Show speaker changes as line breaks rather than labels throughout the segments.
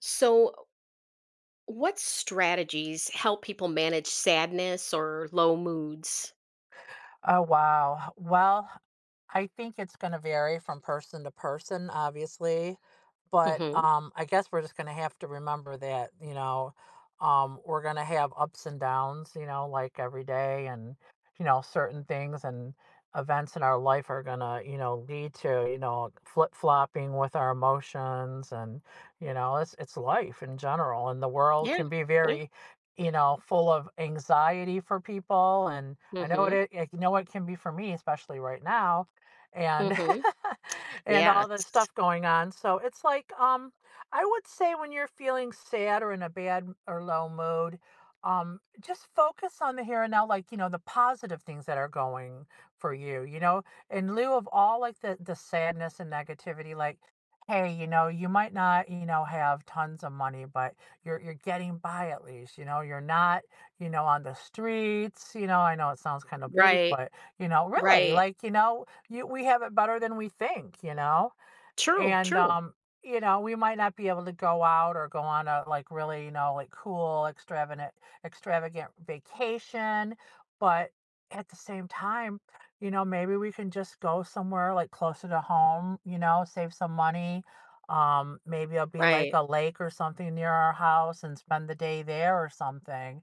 So, what strategies help people manage sadness or low moods?
Oh, wow. Well, I think it's going to vary from person to person, obviously. But
hmm
I guess we're just going to have to remember that, you know, we're going to have ups and downs, you know, like every day and, you know, certain things and events in our life are going to, you know, lead to, you know, flip-flopping with our emotions and, you know, it's life in general and the world
Yeah.
can be
Yeah.
very, you know, full of anxiety for people and.
hmm
I know what it can be for me, especially right now, and
hmm
and all the
Yes.
stuff going on. So it's like, I would say when you're feeling sad or in a bad or low mood, just focus on the here and now, like, you know, the positive things that are going for you, you know, in lieu of all like the sadness and negativity, like hey, you know, you might not, you know, have tons of money, but you're getting by at least. You know, you're not you know, on the streets, you know, I know it sounds kind of bleak,
Right.
but, you know, really,
Right.
like, you know, you we have it better than we think, you know?
True.
And,
True.
you know, we might not be able to go out or go on a like really, you know, like cool, extravagant vacation. But at the same time, you know, maybe we can just go somewhere like closer to home, you know, save some money. Maybe it'll be like
Right.
a lake or something near our house and spend the day there or something.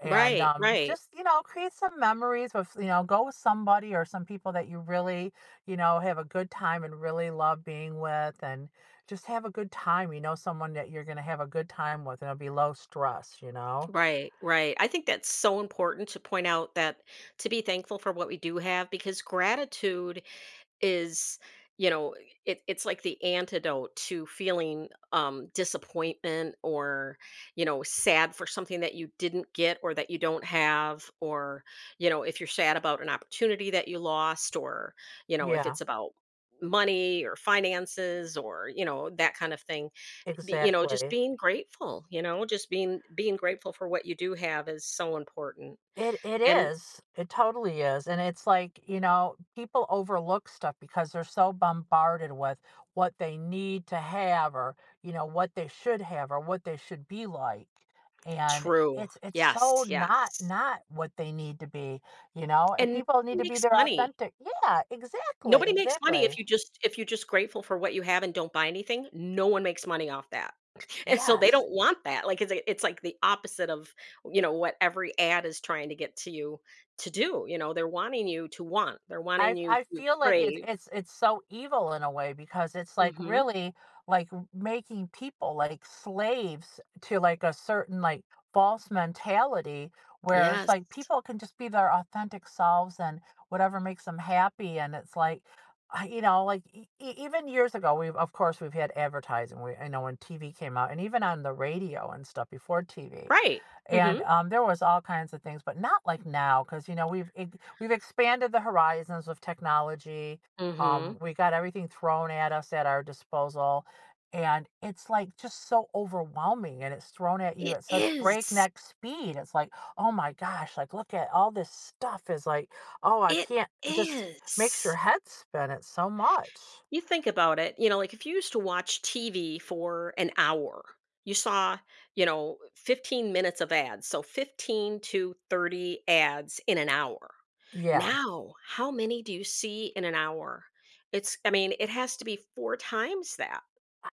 And
Right. Right.
just, you know, create some memories with, you know, go with somebody or some people that you really you know, have a good time and really love being with and just have a good time. You know, someone that you're going to have a good time with and it'll be low stress, you know?
Right. Right. I think that's so important to point out that to be thankful for what we do have, because gratitude is, you know it's like the antidote to feeling disappointment, or you know, sad for something that you didn't get or that you don't have, or you know, if you're sad about an opportunity that you lost, or you know, if
Yeah,
it's about money or finances or you know, that kind of thing. You know, just
exactly.
being grateful, you know, just being grateful for what you do have is so important.
It
And
is. It totally is, and it's like, you know, people overlook stuff because they're so bombarded with what they need to have or, you know, what they should have or what they should be like. And
true.
it's so
Yes, yes.
not what they need to be, you know? If
And
people need
nobody
to be
makes
their
money.
authentic. Yeah,
Nobody makes money if
exactly.
you just if you're just grateful for what you have and don't buy anything, no one makes money off that. And so they
Yes.
don't want that. Like, it's like, it's like the opposite of, you know, what every ad is trying to get to you to do, you know, they're wanting you to want. They're
I
wanting you
I
to
feel like it's
crave.
it's it's so evil in a way because it's like
Mhm.
really like w making people like slaves to like a certain like false mentality where it's
Yes.
like people can just be their authentic selves and whatever makes them happy and it's like, I you know, like e e even years ago, we've had advertising, we I know when TV came out and even on the radio and stuff before TV.
Right.
And,
Mhm.
there was all kinds of things, but not like now, because you know, we've expanded the horizons of technology,
Mhm.
we got everything thrown at us at our disposal, and it's, like, just so overwhelming, and it's thrown at you
It
at such
is.
breakneck speed, it's like, "Oh my gosh," like, "Look at all this stuff," is like, "Oh, I
It
can't" it just makes your
is.
head spin, it's so much.
You think about it, you know, like, if you used to watch TV for an hour, you saw, you know, 15 minutes of ads, so 15 to 30 ads in an hour.
Yeah.
Now, how many do you see in an hour? It's I mean, it has to be 4 times that,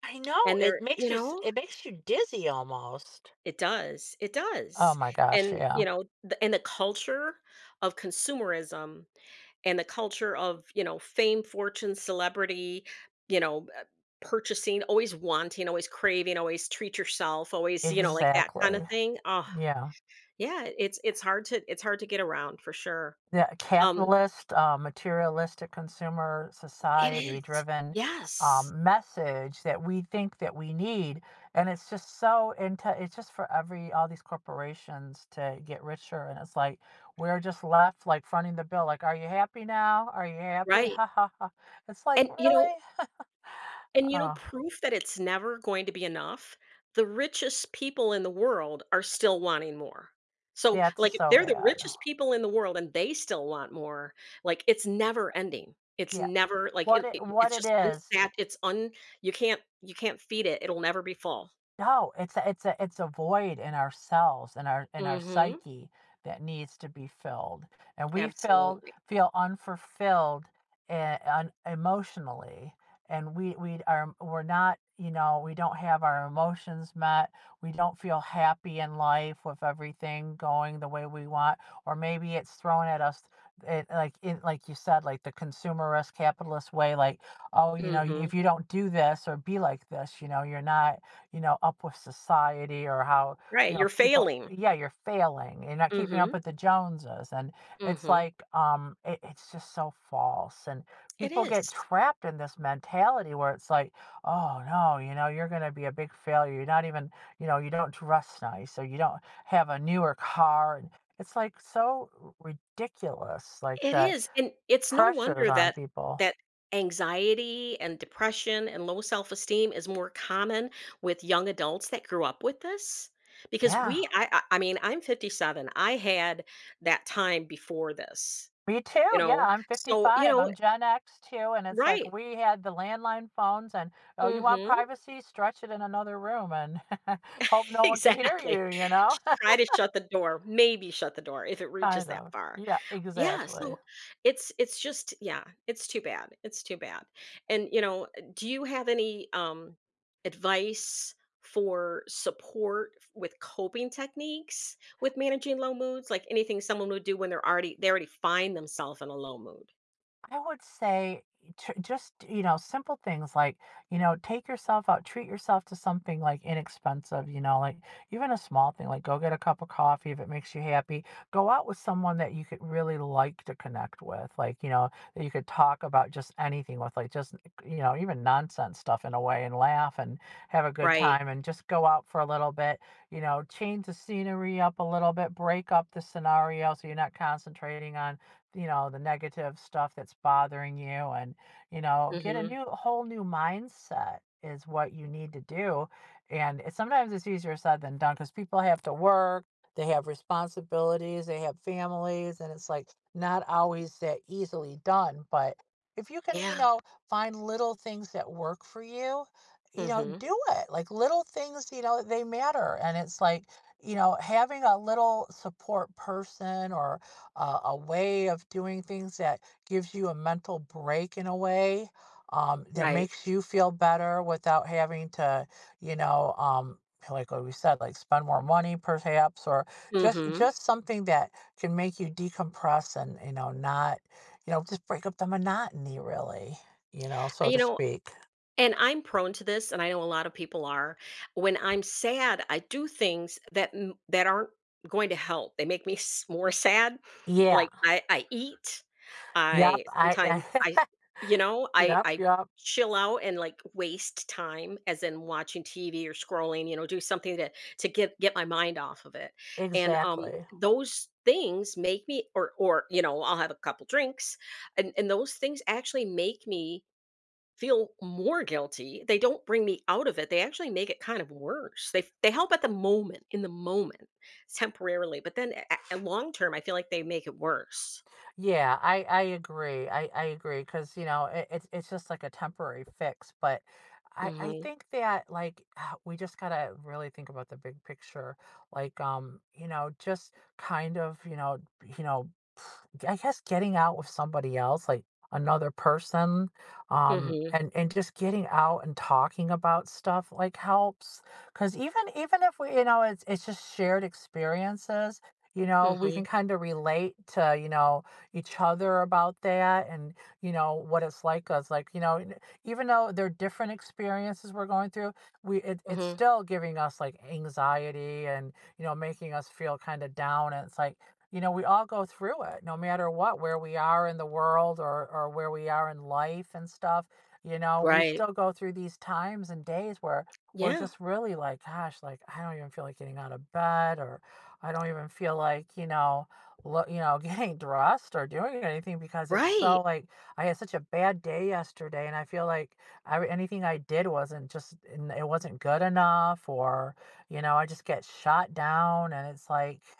I know,
and
it
they're, you
makes you s
know?
it makes you dizzy almost.
It
Oh
does,
my gosh,
and,
yeah.
you know, the and the culture of consumerism and the culture of, you know, fame, fortune, celebrity, you know, purchasing, always wanting, always craving, always treat yourself, always, you know, like that kind of
Exactly.
thing. Oh,
Yeah.
yeah, it's hard to it's hard to get around for sure.
The
Um,
capitalist, materialistic consumer
it
society
is.
driven
Yes.
message that we think that we need. And it's just so into it's just for every all these corporations to get richer. And it's like we're just left like fronting the bill. Like, are you happy now? Are you happy?
Right.
Ha ha ha. It's like,
And you know,
really?
And you know,
Oh,
proof that it's never going to be enough, the richest people in the world are still wanting more. So,
that's
like, if
so
they're the
bad.
richest people in the world and they still want more, like, it's never ending. It's
Yeah.
never like
What
it's
it
just
is.
unsat. It's un. You can't feed it. It'll never be full.
No, it's a it's a it's a void in ourselves and our in our
Mm-hmm.
psyche that needs to be filled. And we feel
Absolutely.
feel unfulfilled and, un, emotionally and we're not, you know, we don't have our emotions met. We don't feel happy in life with everything going the way we want or maybe it's thrown at us like in like you said like the consumerist capitalist way like oh, you know,
Mm-hmm.
if you don't do this or be like this, you know, you're not you know, up with society or how, you
Right.
know,
You're
people
failing.
yeah, you're failing. You're not keeping up
Mm-hmm.
with the Joneses. And it's
Mm-hmm.
like, it's just so false. And
It
people get
is.
trapped in this mentality where it's like, oh no, you know, you're gonna be a big failure. You're not even, you know, you don't dress nice or you don't have a newer car. And it's like so ridiculous, like
It
the
is, and it's no
pressures
wonder
on
that
people.
that anxiety and depression and low self-esteem is more common with young adults that grew up with this, because we
Yeah.
I mean, I'm 57. I had that time before this,
Me too,
you
yeah,
know?
I'm
So, you
55,
know.
I'm Gen X too, and it's like
Right.
we had the landline phones and, "Oh, you want
Mhm.
privacy? Stretch it in another room and hope no one can hear
Exactly.
you," you know?
Try to shut the door, maybe shut the door if it reaches
Kind
that
of.
far.
Yeah,
Yeah,
exactly.
so it's just, yeah, it's too bad. It's too bad. And you know, do you have any advice for support with coping techniques with managing low moods? Like anything someone would do when they're already they already find themselves in a low mood.
I would say just, you know, simple things like, you know, take yourself out, treat yourself to something like inexpensive, you know, like even a small thing, like go get a cup of coffee if it makes you happy. Go out with someone that you could really like to connect with, like, you know, that you could talk about just anything with, like just, you know, even nonsense stuff in a way and laugh and have a good
Right.
time and just go out for a little bit, you know, change the scenery up a little bit, break up the scenario so you're not concentrating on you know the negative stuff that's bothering you and you know get a
Mhm.
new whole new mindset is what you need to do and sometimes it's easier said than done because people have to work they have responsibilities they have families and it's like not always that easily done but if you can you
Yeah.
know find little things that work for you you know
Mhm.
do it like little things you know they matter and it's like you know having a little support person or a way of doing things that gives you a mental break in a way that
Right.
makes you feel better without having to, you know, like what we said, like spend more money perhaps, or
Mhm.
just something that can make you decompress and you know not, you know, just break up the monotony really, you know, so
And, you
to
know,
speak.
and I'm prone to this, and I know a lot of people are. When I'm sad, I do things that that aren't going to help. They make me more sad.
Yeah.
Like I eat.
Yep.
I sometimes I,
I
you know, I
yep.
I
Yep.
chill out and like waste time, as in watching TV or scrolling. You know, do something to get my mind off of it. And
Exactly.
those things make me, or you know, I'll have a couple drinks, and those things actually make me feel more guilty. They don't bring me out of it. They actually make it kind of worse. They help at the moment, in the moment, temporarily, but then a long term, I feel like they make it worse.
Yeah, I agree. I agree because you know it's just like a temporary fix, but I
Mhm.
think that like we just gotta really think about the big picture. Like you know just kind of you know I guess getting out with somebody else, like another person,
Mhm.
and just getting out and talking about stuff like helps. Because even if we, you know, it's just shared experiences. You know, we can
Mhm.
kind of relate to you know each other about that, and you know what it's like. Us like you know, even though they're different experiences we're going through, we it's
Mhm.
still giving us like anxiety and you know making us feel kind of down. And it's like you know, we all go through it, no matter what, where we are in the world or where we are in life and stuff. You know, we
Right.
still go through these times and days where we're
Yeah.
just really like, gosh, like I don't even feel like getting out of bed, or I don't even feel like, you know, you know, getting dressed or doing anything because it's
Right.
so like I had such a bad day yesterday, and I feel like anything I did wasn't just it wasn't good enough, or you know, I just get shot down, and it's like.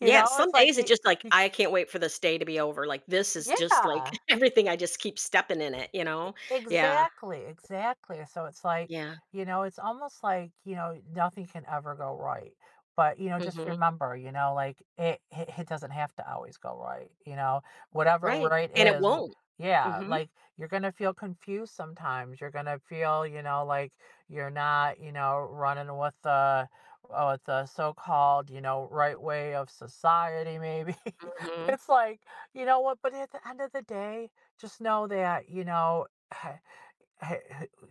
You
Yeah.
know, it's
Some
like
days it's
you,
just like,
you
I can't wait for this day to be over. Like this is just like
yeah.
everything. I just keep stepping in it. You know. Yeah.
Exactly. So it's like,
Yeah.
you know, it's almost like, you know, nothing can ever go right. But, you know, just
Mhm.
remember, you know, like it doesn't have to always go right. You know, whatever
Right.
right
And it
is,
won't.
yeah,
Mhm.
like you're going to feel confused sometimes. You're going to feel, you know, like you're not, you know, running with the so-called, you know, right way of society, maybe.
Mhm.
It's like, you know what, but at the end of the day, just know that you know I-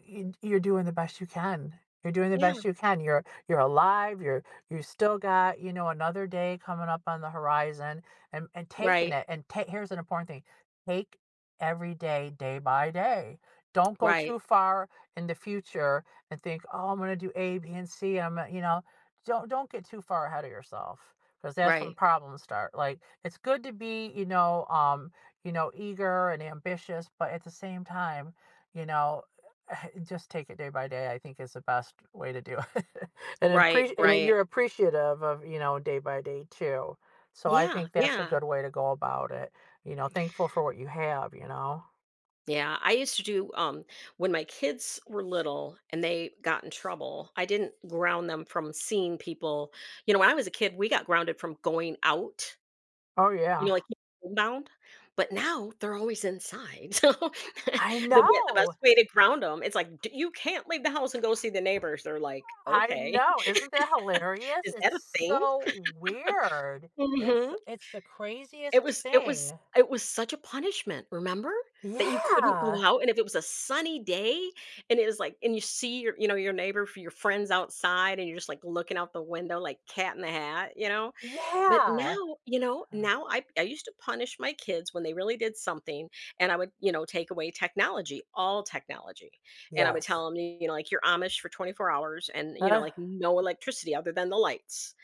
you're doing the best you can. You're doing the
Yeah.
best you can. You're alive. You're you still got you know another day coming up on the horizon, and taking
Right.
it. And here's an important thing: take every day, day by day. Don't go
Right.
too far in the future and think, oh, I'm going to do A, B, and C. I'm gonna-" you know, don't get too far ahead of yourself because that's when
Right.
problems start. Like it's good to be you know eager and ambitious, but at the same time you know, just take it day by day, I think is the best way to do it. And
Right, right.
you're appreciative of, you know, day by day too. So I
Yeah,
think that's a
yeah,
good way to go about it. You know, thankful for what you have, you know.
yeah. I used to do, when my kids were little and they got in trouble, I didn't ground them from seeing people. You know, when I was a kid, we got grounded from going out,
Oh
you
yeah.
know, like, bound, but now they're always inside. So
I
the way, the
know.
best way to ground them, it's like, You can't leave the house and go see the neighbors." They're like,
I
okay,
know. Isn't that hilarious?
is
It's
that a thing?
so weird.
hmm
It's the
It
craziest
was it was
thing.
it was such a punishment, remember? That you couldn't
Yeah.
go out, and if it was a sunny day, and it was like, and you see your, you know, your neighbor for your friends outside, and you're just, like, looking out the window like Cat in the Hat, you know? But
Yeah.
now, you know, now I used to punish my kids when they really did something, and I would, you know, take away technology, all technology, and I would
Yes.
tell them, you know, like, "You're Amish for 24 hours and, you know, like, no electricity other than the lights."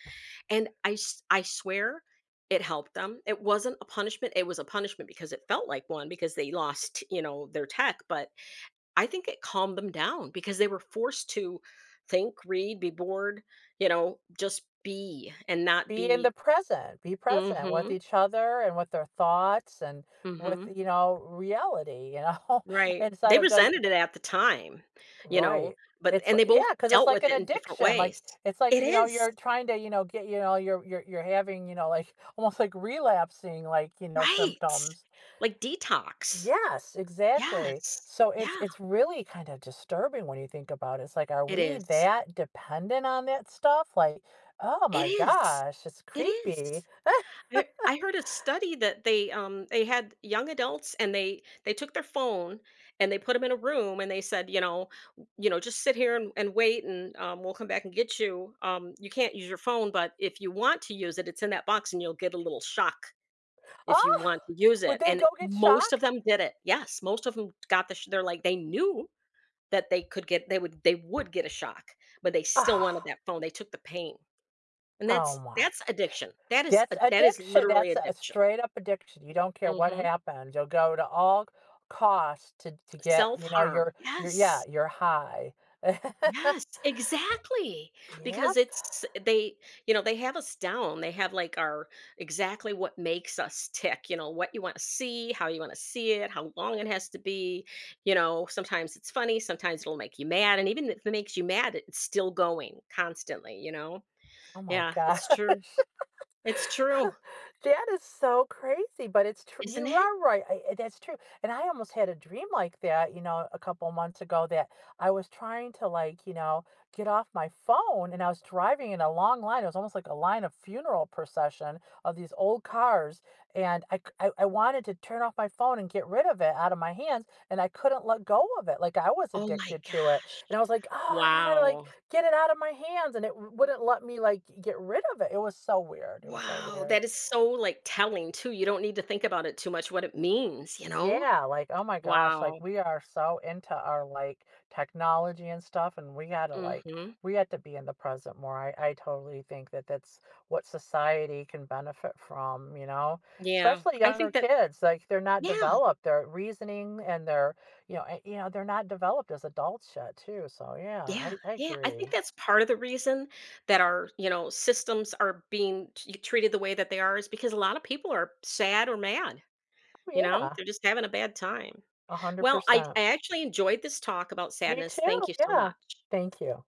And I swear it helped them. It wasn't a punishment, it was a punishment because it felt like one because they lost, you know, their tech, but I think it calmed them down because they were forced to think, read, be bored, you know, just be and not
Be in the
be.
present, be present with
Mhm,
each other and with their thoughts and with,
mhm,
you know, reality, you know,
right.
instead
They
of like,
resented it at the time, you know,
right.
but and they
Yeah,
both
because it's
dealt
like
with
an
it in different
addiction. Like
ways.
it's like,
It
you know,
is,
you're trying to, you know, get, you know, you're having, you know, like almost like relapsing like, you know,
right.
symptoms.
Like detox.
Yes, exactly.
Yes.
So
Yeah,
it's really kind of disturbing when you think about it. It's like, are
it
we
is.
that dependent on that stuff? Like, oh
It
my
is,
gosh, it's
it is.
creepy.
I heard a study that they had young adults and they took their phone and they put them in a room and they said, you know, w you know, "Just sit here and wait, and, we'll come back and get you. You can't use your phone, but if you want to use it, it's in that box and you'll get a little shock if you
Oh,
want to use
would
it,"
they
and
go get
most of
shocked?
them did it. Yes, most of them got the sh they're like, they knew that they could get they would get a shock, but they still wanted
Oh,
that phone. They took the pain. And
oh my.
that's addiction. That is
That's
a that is
addiction.
literally
That's a
addiction.
straight up addiction. You don't care what
Mhm.
happens. You'll go to all costs to get, you know,
Self-harm.
your yeah,
Yes.
your high.
Yes, exactly.
Yep.
Because it's they, you know, they have us down. They have like our exactly what makes us tick, you know, what you want to see, how you want to see it, how long it has to be. You know, sometimes it's funny, sometimes it'll make you mad. And even if it makes you mad, it's still going constantly, you know?
Oh my
Yeah,
gosh.
it's true. It's true,
That is so crazy, but it's true. You
isn't it?
are right. That's true. And I almost had a dream like that, you know, a couple months ago that I was trying to like, you know, get off my phone and I was driving in a long line. It was almost like a line of funeral procession of these old cars. And I wanted to turn off my phone and get rid of it out of my hands and I couldn't let go of it. Like I was
Oh my
addicted to it.
gosh.
And I was like, "Oh, I gotta, like,
Wow.
get it out of my hands," and it w wouldn't let me, like, get rid of it. It was so weird, it was so
Wow,
weird.
that is so, like, telling too. You don't need to think about it too much, what it means, you know?
Yeah, like, oh my gosh, like,
Wow.
we are so into our, like, technology and stuff, and we gotta, like
Mhm.
we had to be in the present more. I totally think that that's what society can benefit from, you know?
Yeah.
Especially
I
younger
think that
kids, like, they're not
yeah,
developed, their reasoning and their you know, you know, they're not developed as adults yet too, so yeah,
yeah,
I
yeah, I think
agree.
that's part of the reason that our, you know, systems are being t treated the way that they are is because a lot of people are sad or mad,
Oh,
you know?
yeah,
They're just having a bad time. Well, I
100%.
I actually enjoyed this talk about
Me
sadness,
too,
thank you so
yeah.
much.
Thank you.